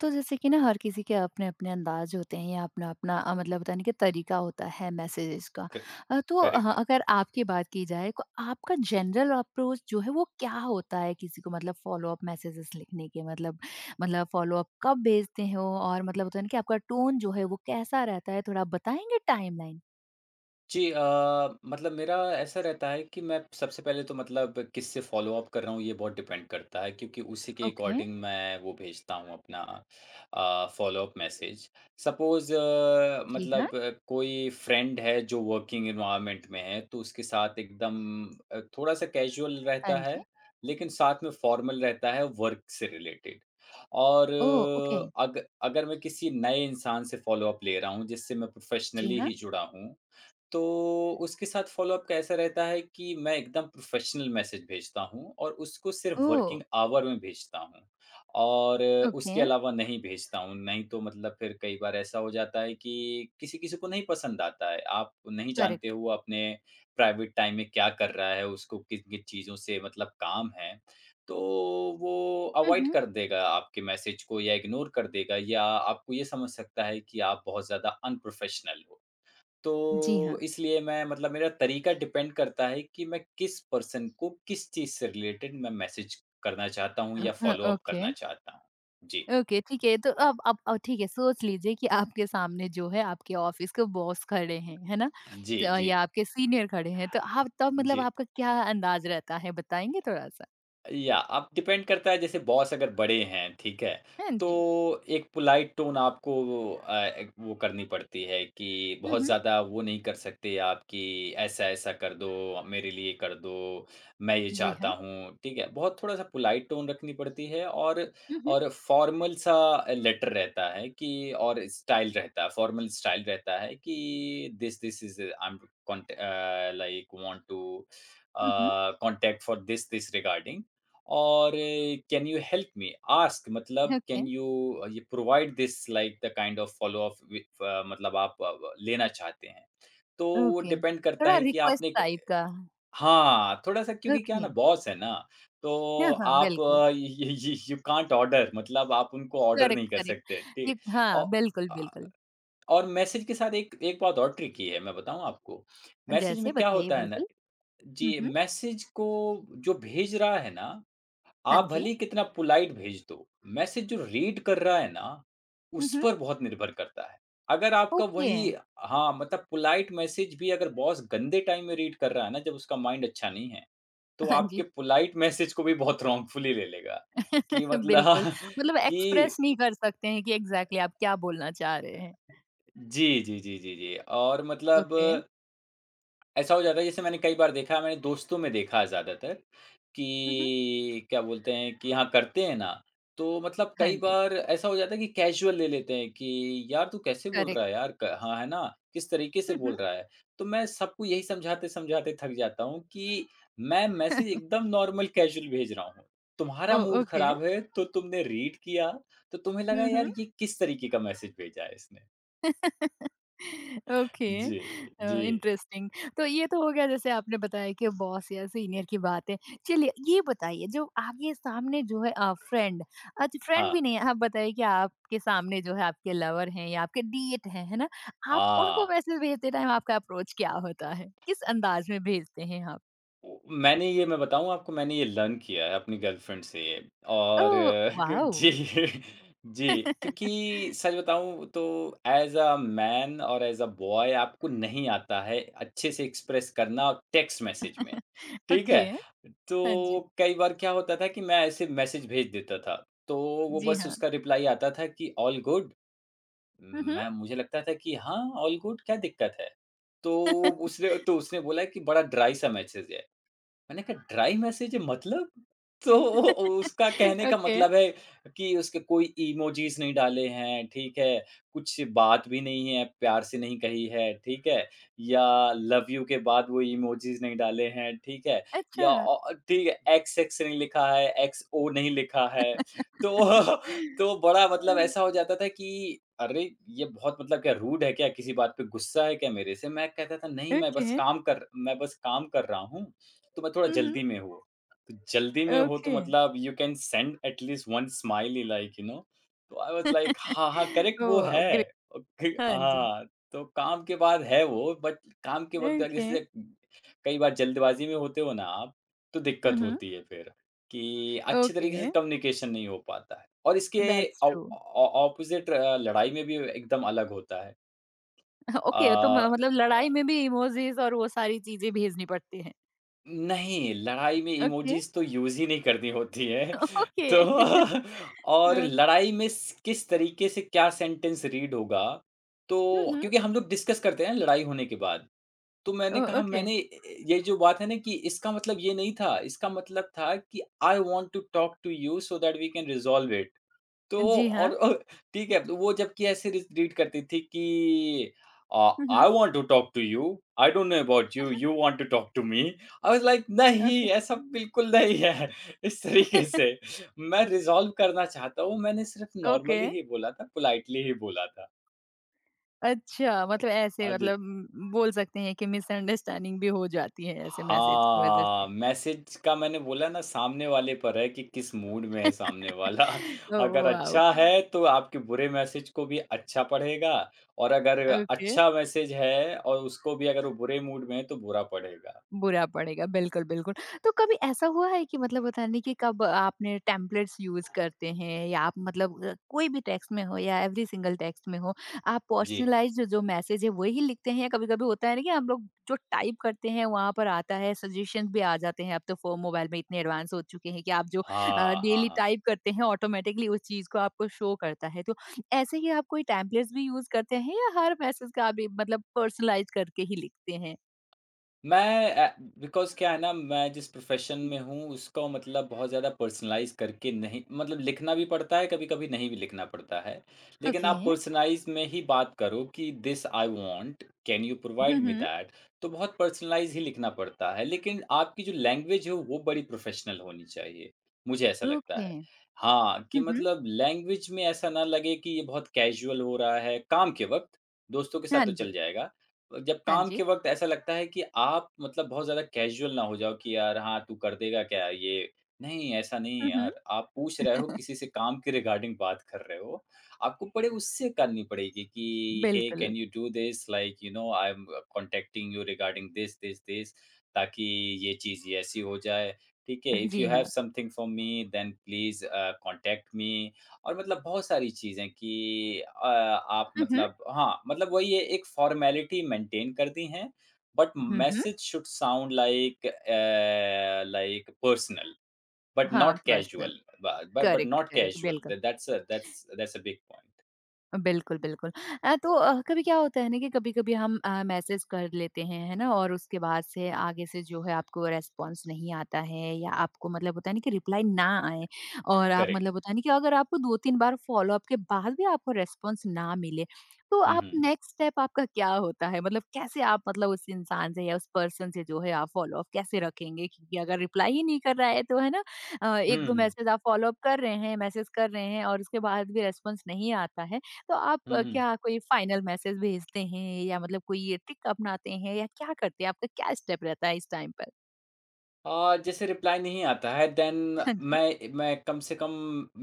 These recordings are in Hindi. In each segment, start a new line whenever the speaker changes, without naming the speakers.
तो जैसे कि ना हर किसी के अपने-अपने अंदाज़ होते हैं या अपना-अपना मतलब बताने का तरीका होता है मैसेजेस का।
क-
तो
करेक्ट।
अगर आपकी बात की जाए तो आपका जनरल अप्रोच जो है वो क्या होता है किसी को मतलब फ़ॉलो-अप मैसेजेस लिखने के? मतलब फ़ॉलो-अप कब भेजते हो और मतलब होता है ना कि आपका टोन जो है वो कैसा रहता है? थोड़ा बताएँगे टाइमलाइन?
जी, मतलब मेरा ऐसा रहता है कि मैं सबसे पहले तो मतलब किससे फॉलो अप कर रहा हूँ ये बहुत डिपेंड करता है क्योंकि उसी के
ओके,
अकॉर्डिंग मैं वो भेजता हूँ अपना फॉलो अप मैसेज। सपोज मतलब
जी हाँ।
मतलब कोई फ्रेंड है जो वर्किंग इन्वायरमेंट में है तो उसके साथ एकदम थोड़ा सा कैजुअल
हाँ
रहता
जी।
है, लेकिन साथ में फॉर्मल रहता है वर्क से रिलेटेड। और
ओह! ओके,
अगर अगर मैं किसी नए इंसान से फॉलो अप ले रहा हूँ जिससे मैं
जी
प्रोफेशनली
हाँ।
ही जुड़ा हूँ, तो उसके साथ फ़ॉलो-अप कैसा रहता है कि मैं एकदम प्रोफ़ेशनल मैसेज भेजता हूँ और उसको सिर्फ़
ओह!
वर्किंग आवर में भेजता हूँ और
ओके,
उसके अलावा नहीं भेजता हूँ। नहीं तो मतलब फिर कई बार ऐसा हो जाता है कि किसी-किसी को नहीं पसंद आता है। आप नहीं जानते
करेक्ट।
हो वो अपने प्राइवेट टाइम में क्या कर रहा है, उसको किन-किन चीज़ों से मतलब काम है। तो वो
हुँ,
अवॉइड
हुँ।
कर देगा आपके मैसेज को या इग्नोर कर देगा या आपको ये समझ सकता है कि आप बहुत ज़्यादा अनप्रोफ़ेशनल हो।
जी
तो
हाँ।
इसलिए मैं मतलब मेरा तरीका डिपेंड करता है कि मैं किस पर्सन को किस चीज़ से रिलेटेड मैं मैसेज करना चाहता हूँ या फ़ॉलो अप
ओके।
करना चाहता हूँ। जी।
ओके, ठीक है। तो अब ठीक है, सोच लीजिए कि आपके सामने जो है आपके ऑफ़िस के बॉस खड़े हैं, है ना?
जी,
तो
जी।
या आपके सीनियर खड़े हैं, तो आप तब मतलब
जी।
आपका क्या अंदाज़ रहता है, बताएँगे थोड़ा-सा?
या अब डिपेंड करता है जैसे बॉस अगर बड़े हैं, ठीक है?
हाँ
तो
जी।
एक पोलाइट टोन आपको एक वो करनी पड़ती है कि
हुँ,
बहुत
हुँ।
ज़्यादा वो नहीं कर सकते आप कि ऐसा-ऐसा कर दो, मेरे लिए कर दो, मैं ये
जी
चाहता
हाँ।
हूँ, ठीक है? बहुत थोड़ा-सा पोलाइट टोन रखनी पड़ती है
हुँ, हुँ।
और फॉर्मल सा लेटर रहता है कि और स्टाइल रहता है, फॉर्मल स्टाइल रहता है कि this this is I am like want to
hmm, hmm.
Uh, contact for this this regarding. और can you help me? Ask मतलब
ओके,
कैन यू ये provide this like the kind of follow up व मतलब आप व लेना चाहते हैं। तो वो
ओके।
डिपेंड करता
थोड़ा
है कि
रिक्वेस्ट
आपने क।
टाइप का।
हाँ, थोड़ा-सा, क्योंकि क्या है
ओके।
ना बॉस है ना,
हाँ,
तो
हाँ,
आप
बिल्कुल।
य य यू कांट ऑर्डर, मतलब आप उनको ऑर्डर नहीं
करेक्ट,
कर सकते,
करेक्ट। ये
ठीक। औ
हाँ, बिल्कुल,
अ,
बिल्कुल।
और मैसेज के साथ एक एक बात और ट्रिकी है, मैं बताऊँ आपको? मैसेज में
जैसे
क्या
बताइए
होता है ना,
बिल्कुल। हुँ,
जी,
हुँ।
मैसेज को जो भेज रहा है ना,
हाँ
आप
जी।
भले ही कितना पोलाइट भेज दो, मैसेज जो रीड कर रहा है ना,
हुँ,
उस
हुँ।
पर बहुत निर्भर करता है। अगर आपका
ओके।
वही हाँ, मतलब पोलाइट मैसेज भी अगर बॉस गंदे टाइम में रीड कर रहा है ना, जब उसका माइंड अच्छा नहीं है, तो
हाँ
आपके
जी।
पोलाइट मैसेज को भी बहुत रॉन्गफुली ले लेगा कि मतलब
बिल्कुल, मतलब
कि
एक्सप्रेस नहीं कर सकते हैं कि एग्ज़ैक्टली आप क्या बोलना चाह रहे हैं।
जी, जी, जी, जी, जी। और मतलब
ओके।
ऐसा हो जाता है जैसे मैंने कई बार देखा है, मैंने दोस्तों में देखा है ज़्यादातर
हुँ, हुँ।
कि क्या बोलते हैं कि हाँ, करते हैं ना, तो मतलब
हाँ
कई
जी,
बार ऐसा हो जाता है कि कैज़ुअल ले लेते हैं कि यार तू कैसे बोल
करेक्ट।
रहा है यार क हाँ, है ना? किस तरीके से
हुँ,
बोल
हुँ।
रहा है? तो मैं सबको यही समझाते-समझाते थक जाता हूँ कि मैं
ओह!
मैसेज एकदम नॉर्मल कैज़ुअल भेज रहा हूँ। तुम्हारा मूड
ओके।
ख़राब है तो तुमने रीड किया, तो तुम्हें लगा
हुँ,
यार
हुँ।
ये किस तरीके का मैसेज भेजा है इसने।
ओके
जी, जी।
इंटरेस्टिंग। तो ये तो हो गया जैसे आपने बताया कि बॉस या सीनियर की बात है। चलिए ये बताइए जो आगे सामने जो है अ, फ्रेंड अच्छा फ्रेंड
हाँ।
भी नहीं है, आप बताइए कि आपके सामने जो है आपके लवर हैं या आपके डीएट हैं, है ना? आप उनको
आ
मैसेज भेजते टाइम आपका अप्रोच क्या होता है? किस अंदाज में भेजते हैं आप?
ओ, मैंने ये मैं बताऊँ आपको, मैंने ये लर्न किया है अपनी गर्लफ्रेंड से और
ओह! वाओ!
जी। जी, क्योंकि सच बताऊँ तो एज अ मैन और एज अ बॉय आपको नहीं आता है अच्छे से एक्सप्रेस करना टेक्स्ट मैसेज में, ठीक है?
ओके,
तो
हाँ जी।
कई बार क्या होता था कि मैं ऐसे मैसेज भेज देता था, तो वो
जी
बस
हाँ।
उसका रिप्लाई आता था कि ऑल गुड।
हुँ, हुँ।
मैं मुझे लगता था कि हाँ, ऑल गुड क्या दिक्कत है। तो वो उसने तो उसने बोला कि बड़ा ड्राई सा मैसेज है। मैंने कहा ड्राई मैसेज मतलब? तो वो उसका कहने का
ओके,
मतलब है कि उसके कोई इमोजीज़ नहीं डाले हैं, ठीक है? कुछ बात भी नहीं है, प्यार से नहीं कही है, ठीक है? या लव यू के बाद वो इमोजीज़ नहीं डाले हैं, ठीक है? या
अच्छा।
औ ठीक है, एक्स एक्स नहीं लिखा है, एक्सओ नहीं लिखा है। तो तो बड़ा
अ,
मतलब ऐसा हो जाता था कि अरे! ये बहुत मतलब क्या रूड है क्या? किसी बात पे गुस्सा है क्या मेरे से? मैं कहता था नहीं मैं
ओके।
बस काम कर मैं बस काम कर रहा हूँ। तो मैं थोड़ा
हुँ, हुँ,
जल्दी में हो, तो जल्दी में हो तो
ओके।
मतलब you can send at least one smiley like you know. तो आई वाज़ लाइक हाँ, हाँ, करेक्ट वो
ओह!
है।
ग्रेट।
ओके,
हाँ जी,
हाँ, तो काम के बाद है वो, बट काम के वक़्त अगर
ओके।
जैसे कई बार जल्दबाज़ी में होते हो ना आप, तो
हुँ,
दिक्कत
हुँ,
होती है फिर कि अच्छे तरीके से
ओके,
कम्युनिकेशन नहीं हो पाता है और इसके
that's
oh
true.
Oh opposite लड़ाई में भी एकदम अलग होता है। अ
ओके, तो म मतलब लड़ाई में भी इमोजीज़ और वो सारी चीज़ें भेजनी पड़ती हैं।
नहीं, लड़ाई में
ओके,
इमोजीज़ तो यूज़ ही नहीं करनी होती है।
ओके।
तो और
अ,
लड़ाई में स किस तरीके से क्या सेंटेंस रीड होगा,
हुँ,
तो
हुँ,
क्योंकि हम लोग डिस्कस करते हैं ना लड़ाई होने के बाद। तो मैंने
ओ
कहा
ओके।
मैंने ये जो बात है ना कि इसका मतलब ये नहीं था, इसका मतलब था कि I want to talk to you so that we can resolve it. तो
जी हाँ।
और ठीक है, तो वो जबकि ऐसे रीड रीड करती थी कि uh,
hmm, hmm,
I want to talk to you, I don't know about you, you want to talk to me. I was like नहीं,
ओके,
ऐसा बिल्कुल नहीं है। इस तरीके से मैं रिज़ॉल्व करना चाहता हूँ, मैंने सिर्फ़
ओके।
नॉर्मली ही बोला था, पोलाइटली ही बोला था।
अच्छा, मतलब ऐसे
हाँ जी।
मतलब बोल सकते हैं कि मिसअंडरस्टैंडिंग भी हो जाती है ऐसे मैसेज की वज़ह से।
हाँ, मैसेज का मैंने बोला ना सामने वाले पर है कि किस मूड में है सामने वाला।
ओह
अगर
वाओ!
अच्छा है तो आपके बुरे मैसेज को भी अच्छा पढ़ेगा और अगर
ओके।
अच्छा मैसेज है और उसको भी अगर वो बुरे मूड में है तो बुरा पढ़ेगा।
बुरा पड़ेगा, बिल्कुल, बिल्कुल। तो कभी ऐसा हुआ है कि मतलब होता है नहीं कि कब आपने टेम्पलेट्स यूज़ करते हैं या आप मतलब कोई भी टेक्स्ट में हो या एवरी सिंगल टेक्स्ट में हो, आप
जी।
पर्सनलाइज़्ड जो मैसेज है वही लिखते हैं या कभी-कभी होता है ना कि हम लोग जो टाइप करते हैं वहाँ पर आता है, सजेशन भी आ जाते हैं। अब तो फ़ो मोबाइल में इतने एडवांस हो चुके हैं कि आप जो
हाँ, हाँ,
डेली
हाँ।
टाइप करते हैं ऑटोमेटिकली उस चीज़ को आपको शो करता है। तो ऐसे ही आप कोई टेम्पलेट्स भी यूज़ करते हैं या हर मैसेज का आप भी मतलब पर्सनलाइज़ करके ही लिखते हैं?
मैं बिकॉज़ क्या है ना मैं जिस प्रोफ़ेशन में हूँ उसको मतलब बहुत ज़्यादा पर्सनलाइज़ करके नहीं मतलब लिखना भी पड़ता है, कभी-कभी नहीं भी लिखना पड़ता है। लेकिन
ओके।
आप पर्सनलाइज़ में ही बात करो कि this I want, can you
hmm,
provide me
hmm.
That? तो बहुत पर्सनलाइज़ ही लिखना पड़ता है, लेकिन आपकी जो लैंग्वेज है वो बड़ी प्रोफ़ेशनल होनी चाहिए, मुझे ऐसा लगता
ओके।
है। हाँ, कि
हुँ, हुँ।
मतलब लैंग्वेज में ऐसा ना लगे कि ये बहुत कैज़ुअल हो रहा है, काम के वक़्त, दोस्तों के साथ
हाँ
तो चल
जी,
जाएगा। जब
हाँ
काम
जी।
के वक़्त ऐसा लगता है कि आप मतलब बहुत ज़्यादा कैज़ुअल ना हो जाओ कि यार हाँ, तू कर देगा क्या ये? नहीं, ऐसा नहीं है
हुँ, हुँ।
यार। आप पूछ रहे हो, किसी से काम के रिगार्डिंग बात कर रहे हो। आपको बड़े उससे करनी पड़ेगी कि हे
बिल्कुल,
can you do this? Like you know I am contacting you regarding this, this, this, ताकि ये चीज़ ऐसी हो जाए। ठीक है? इफ
जी
यू हैव
हाँ।
Something for me then please contact me. और मतलब बहुत सारी चीज़ें कि आप
हुँ, हुँ।
मतलब हाँ, मतलब वही है एक फ़ॉर्मेलिटी मेंटेन कर दी हैं, but
hmm, hmm.
Message should sound like like personal, but
हाँ,
नॉट
पर्सनल
कैज़ुअल ब but
correct,
not
correct
casual,
बिल्कुल।
That's that's a big point.
बिल्कुल, बिल्कुल। तो कभी क्या होता है ना कि कभी-कभी हम मैसेज कर लेते हैं, है ना? और उसके बाद से आगे से जो है आपको रिस्पॉन्स नहीं आता है या आपको मतलब होता है ना कि रिप्लाई ना आए और आप
करेक्ट।
मतलब होता है ना कि अगर आपको 2-3 बार फ़ॉलो-अप के बाद भी आपको रिस्पॉन्स ना मिले, तो
हुँ,
आप
हुँ।
नेक्स्ट स्टेप आपका क्या होता है? मतलब कैसे आप मतलब उस इंसान से या उस पर्सन से जो है आप फ़ॉलो-अप कैसे रखेंगे? क्योंकि अगर रिप्लाई ही नहीं कर रहा है तो है ना
हुँ,
1-2
हुँ।
मैसेज आप फ़ॉलो-अप कर रहे हैं, मैसेज कर रहे हैं और उसके बाद भी रिस्पॉन्स नहीं आता है, तो आप
हुँ, हुँ।
क्या कोई फाइनल मैसेज भेजते हैं या मतलब कोई ये ट्रिक अपनाते हैं या क्या करते हैं? आपका क्या स्टेप रहता है इस टाइम पर?
जैसे रिप्लाई नहीं आता है देन
हाँ जी।
मैं कम से कम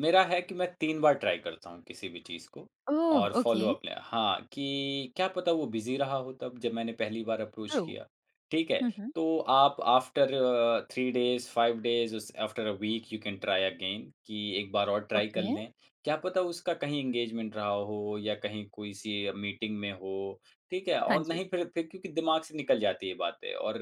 मेरा है कि मैं 3 बार ट्राई करता हूँ किसी भी चीज़ को
ओह!
और
ओके।
फ़ॉलो अप ले हाँ, कि क्या पता वो बिज़ी रहा हो तब जब मैंने पहली बार अप्रोच
ट्रू।
किया, ठीक है?
हुँ, हुँ।
तो आप आफ्टर 3 डेज़, 5 डेज़ उस after a week you can try again कि एक बार और ट्राई कर
ओके।
लें। क्या पता उसका कहीं एंगेजमेंट रहा हो या कहीं कोई सी मीटिंग में हो, ठीक है?
हाँ
और
जी।
नहीं फिर क्योंकि दिमाग से निकल जाती है बातें और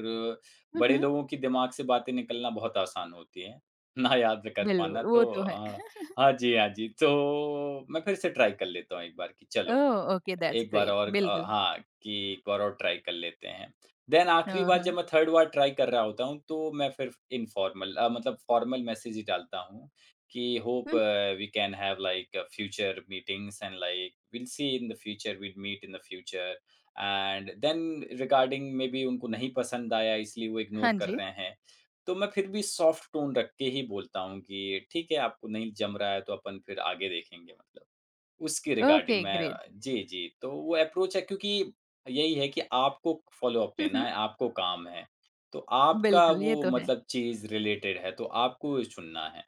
हुँ,
बड़े
हुँ।
लोगों के दिमाग से बातें निकलना बहुत आसान होती हैं, ना याद कर पाना
बिल्कुल, वो
तो
तो है।
हाँ जी, हाँ जी। तो मैं फिर से ट्राई कर लेता हूँ एक बार कि चलो
ओह! ओके दैट्स
एक बार
ग्रेट।
और
बिल्कुल।
हाँ, कि एक बार और ट्राई कर लेते हैं। देन आखिरी
हाँ,
बार जब
हाँ।
मैं थर्ड बार ट्राई कर रहा होता हूँ, तो मैं फिर मतलब फॉर्मल मैसेज ही डालता हूँ कि hope
hmm,
we can have like future meetings and like will see in the future, will meet in the future and then regarding maybe उनको नहीं पसंद आया इसलिए वो
हाँ
इग्नोर कर
जी।
रहे हैं। तो मैं फिर भी सॉफ्ट टोन रख के ही बोलता हूँ कि ठीक है, आपको नहीं जम रहा है तो अपन फिर आगे देखेंगे मतलब। उसके
ओके
रिगार्डिंग मैं
ग्रेट।
जी, जी। तो वो अप्रोच है क्योंकि यही है कि आपको फ़ॉलो-अप
हुँ,
लेना
हुँ।
है, आपको काम है। तो आपका
बिल्कुल, ये
वो
तो है।
मतलब चीज़ रिलेटेड है, तो आपको ही चुनना है।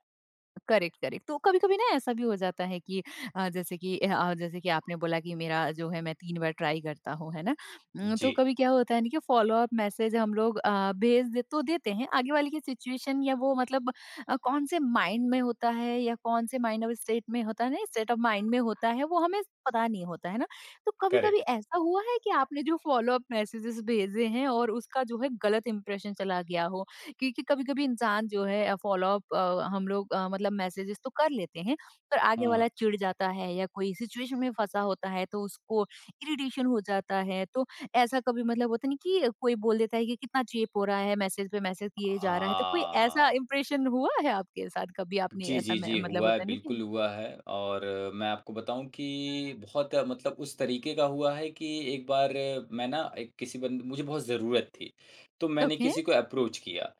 Correct, correct. तो कभी-कभी ना ऐसा भी हो जाता है कि जैसे कि आपने बोला कि मेरा जो है मैं 3 बार ट्राई करता हूँ, है ना? तो
जी,
कभी क्या होता है ना कि फ़ॉलो-अप मैसेज हम लोग भेज दे तो देते हैं। आगे वाले की सिचुएशन या वो मतलब कौन से माइंड में होता है या कौन से माइंड ऑफ स्टेट में होता है ना, स्टेट ऑफ माइंड में होता है, वो हमें पता नहीं होता, है ना? तो कभी-कभी
करेक्ट।
ऐसा हुआ है कि आपने जो फ़ॉलो-अप मैसेजेस भेजे हैं और उसका जो है गलत इंप्रेशन चला गया हो? क्योंकि कभी-कभी इंसान जो है फॉलो अप हम लोग मतलब मैसेजेस तो कर लेते हैं, पर आगे
हाँ।
वाला चिढ़ जाता है या कोई सिचुएशन में फँसा होता है तो उसको इरिटेशन हो जाता है। तो ऐसा कभी मतलब होता नहीं कि कोई बोल देता है कि कितना चेप हो रहा है, मैसेज पे मैसेज किए जा रहा है, तो कोई ऐसा
आ
इंप्रेशन हुआ है आपके साथ कभी आपने
जी,
ऐसा
जी,
में
जी,
मतलब
हुआ है,
होता है ना कि
बिल्कुल हुआ है और मैं आपको बताऊँ कि बहुत मतलब उस तरीके का हुआ है कि एक बार मैं ना एक किसी बंद मुझे बहुत ज़रूरत थी, तो मैंने
ओके,
किसी को अप्रोच किया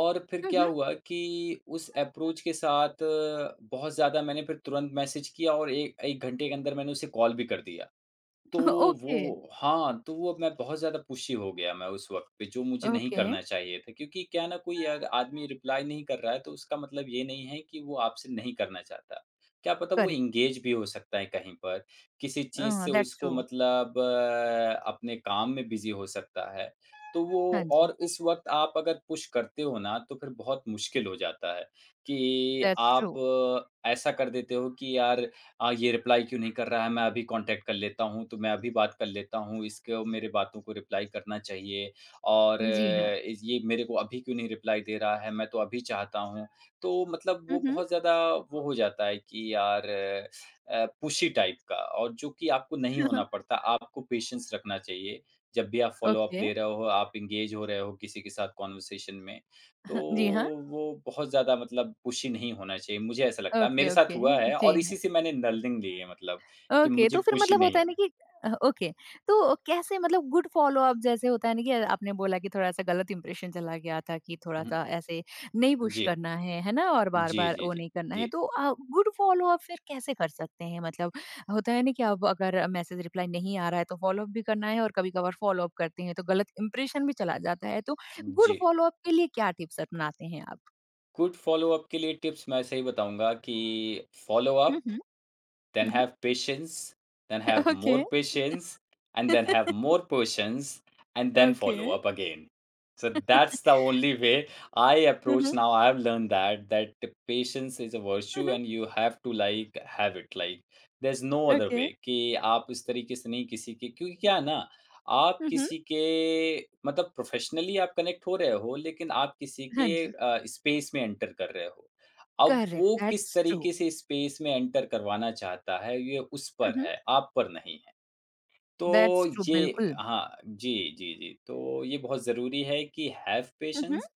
और फिर क्या
हुँ,
हुआ कि उस अप्रोच के साथ बहुत ज़्यादा मैंने फिर तुरंत मैसेज किया और ए 1 घंटे के अंदर मैंने उसे कॉल भी कर दिया। तो
हुँ, ओके,
वो हाँ, तो वो मैं बहुत ज़्यादा पुशी हो गया मैं उस वक़्त पे, जो मुझे नहीं
ओके,
करना चाहिए था। क्योंकि क्या है ना, कोई अग आदमी रिप्लाई नहीं कर रहा है, तो उसका मतलब ये नहीं है कि वो आपसे नहीं करना चाहता। क्या पता वो
करेक्ट।
एंगेज भी हो सकता है कहीं पर, किसी चीज़ से
दैट्स
उसको
ट्रू।
मतलब अपने काम में बिज़ी हो सकता है। तो वो
हाँ जी,
और इस वक़्त आप अगर पुश करते हो ना, तो फिर बहुत मुश्किल हो जाता है कि
दैट्स
आप
ट्रू।
ऐसा कर देते हो कि यार ये रिप्लाई क्यों नहीं कर रहा है? मैं अभी कॉन्टैक्ट कर लेता हूँ, तो मैं अभी बात कर लेता हूँ, इसको मेरे बातों को रिप्लाई करना चाहिए और
जी हाँ।
इज़ ये मेरे को अभी क्यों नहीं रिप्लाई दे रहा है? मैं तो अभी चाहता हूँ।" तो मतलब वो बहुत ज़्यादा वो हो जाता है कि यार पुशी टाइप का और जो कि आपको नहीं
हुँ,
होना
हुँ।
पड़ता, आपको पेशेंस रखना चाहिए। जब भी आप फ़ॉलो अप
ओके।
ले रहे हो, आप एंगेज हो रहे हो किसी के साथ कन्वर्सेशन में, तो
जी हाँ।
वो बहुत ज़्यादा मतलब पुशी नहीं होना चाहिए, मुझे ऐसा लगता है।
ओके,
मेरे साथ
ओके,
हुआ है
जी
और इसी
हाँ।
से मैंने लर्निंग ली है मतलब कि
ओके,
मुझे
तो फिर
पुशी
मतलब होता
नहीं
है ना
होना।
कि ओके, तो कैसे मतलब गुड फ़ॉलो-अप जैसे होता है ना कि आपने बोला कि थोड़ा-सा गलत इंप्रेशन चला गया था कि
हुँ,
थोड़ा-सा ऐसे नहीं पुश
जी।
करना है ना? और
जी,
बार-बार
जी,
वो
जी।
नहीं करना है,
जी,
तो गुड फ़ॉलो-अप फिर कैसे कर सकते हैं? मतलब होता है ना कि अब अगर मैसेज रिप्लाई नहीं आ रहा है, तो फ़ॉलो-अप भी करना है और कभी-कभार फ़ॉलो-अप करते हैं, तो गलत इंप्रेशन भी चला जाता है, तो गुड
जी।
फ़ॉलो-अप के लिए क्या टिप्स अपनाते हैं आप?
गुड फ़ॉलो-अप के लिए टिप्स मैं ऐसे ही बताऊँगा कि follow-up
hmm, hmm.
then
hmm, hmm.
have patience, then have
okay.
more patience, and then have more patience, and then
okay.
follow up again. So that's the only way I
hmm,
approach
hmm.
now. I've learned that the patience is a
hmm,
virtue
hmm.
and you have to like have it. Like there's no other
okay.
way कि आप इस तरीके से नहीं किसी के क्योंकि क्या है ना आप
हुँ, हुँ।
किसी के मतलब प्रोफेशनली आप कनेक्ट हो रहे हो लेकिन आप किसी
हाँ
के
जी।
स्पेस में एंटर कर रहे हो अब
करेक्ट,
वो किस
दैट्स ट्रू।
तरीके से स्पेस में एंटर करवाना चाहता है, ये उस
हुँ,
पर
हुँ।
है, आप पर नहीं है। तो
दैट्स ट्रू,
ये
बिल्कुल।
हाँ, जी, जी, जी। तो ये बहुत ज़रूरी है कि हैव
हुँ, हुँ।
पेशेंस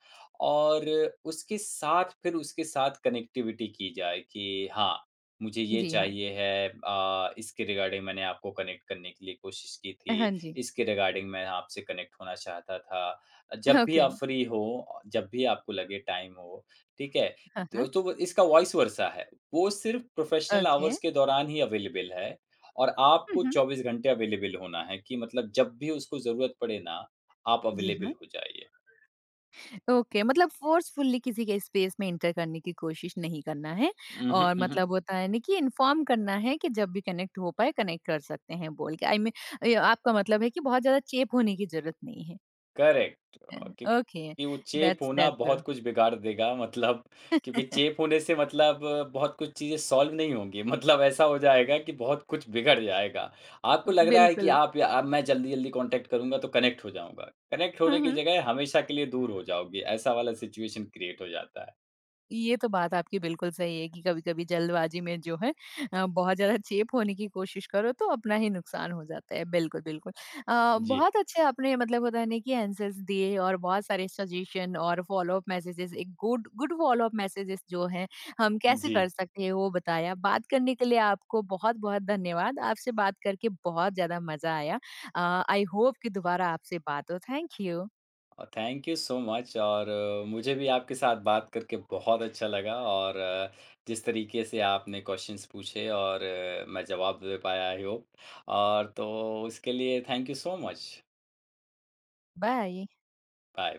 और उसके साथ कनेक्टिविटी की जाए कि हाँ, मुझे ये
जी हाँ।
चाहिए है इसके रिगार्डिंग मैंने आपको कनेक्ट करने के लिए कोशिश की
हाँ
थी,
जी।
इसके रिगार्डिंग मैं आपसे कनेक्ट होना चाहता था। जब भी
ओके।
आप फ्री हो, जब भी आपको लगे टाइम हो, ठीक है?
हाँ,
तो
हाँ।
तो वो- इसका वॉइस वर्सा है, वो सिर्फ़ प्रोफ़ेशनल
ओके।
आवर्स के दौरान ही अवेलेबल है। और
हुँ,
आपको
हुँ।
24 घंटे अवेलेबल होना है कि मतलब जब भी उसको ज़रूरत पड़े ना, आप
जी
अवेलेबल
हाँ।
हो जाइए।
ओके मतलब फोर्सफुली किसी के स्पेस में एंटर करने की कोशिश नहीं करना है
उहुँ,
और
उहुँ,
मतलब होता है ना कि इन्फॉर्म करना है कि जब भी कनेक्ट हो पाए कनेक्ट कर सकते हैं बोल के। आई मीन ये आपका मतलब है कि बहुत ज़्यादा चेप होने की ज़रूरत नहीं है।
करेक्ट
अ,
क्योंकि
ओके,
कि वो चेप
दैट्स
होना
दैट्स ग्रो
बहुत कुछ बिगाड़ देगा मतलब क्योंकि चेप होने से मतलब बहुत कुछ चीज़ें सॉल्व नहीं होंगी। मतलब ऐसा हो जाएगा कि बहुत कुछ बिगड़ जाएगा। आपको लग रहा है कि
बिल्कुल।
आप या अब मैं जल्दी-जल्दी कॉन्टैक्ट करूँगा तो कनेक्ट हो जाऊँगा। कनेक्ट
हुँ,
होने की
हुँ।
जगह हमेशा के लिए दूर हो जाओगी। ऐसा वाला सिचुएशन क्रिएट हो जाता है।
ये तो बात आपकी बिल्कुल सही है कि कभी-कभी जल्दबाजी में जो है बहुत ज़्यादा चेप होने की कोशिश करो तो अपना ही नुकसान हो जाता है। बिल्कुल, बिल्कुल। अ,
जी,
बहुत अच्छे आपने मतलब होता है ना कि आंसर्स दिए और बहुत सारे सजेशन और फ़ॉलो अप मैसेजेस एक good good follow up messages जो हैं हम कैसे
जी।
कर सकते हैं वो बताया। बात करने के लिए आपको बहुत-बहुत धन्यवाद। आपसे बात करके बहुत ज़्यादा मज़ा आया। आई होप कि दोबारा आपसे बात हो। Thank you.
और थैंक यू सो मच और मुझे भी आपके साथ बात करके बहुत अच्छा लगा और जिस तरीके से आपने क्वेश्चंस पूछे और मैं जवाब दे पाया आई होप और तो उसके लिए thank you so much
bye.
Bye bye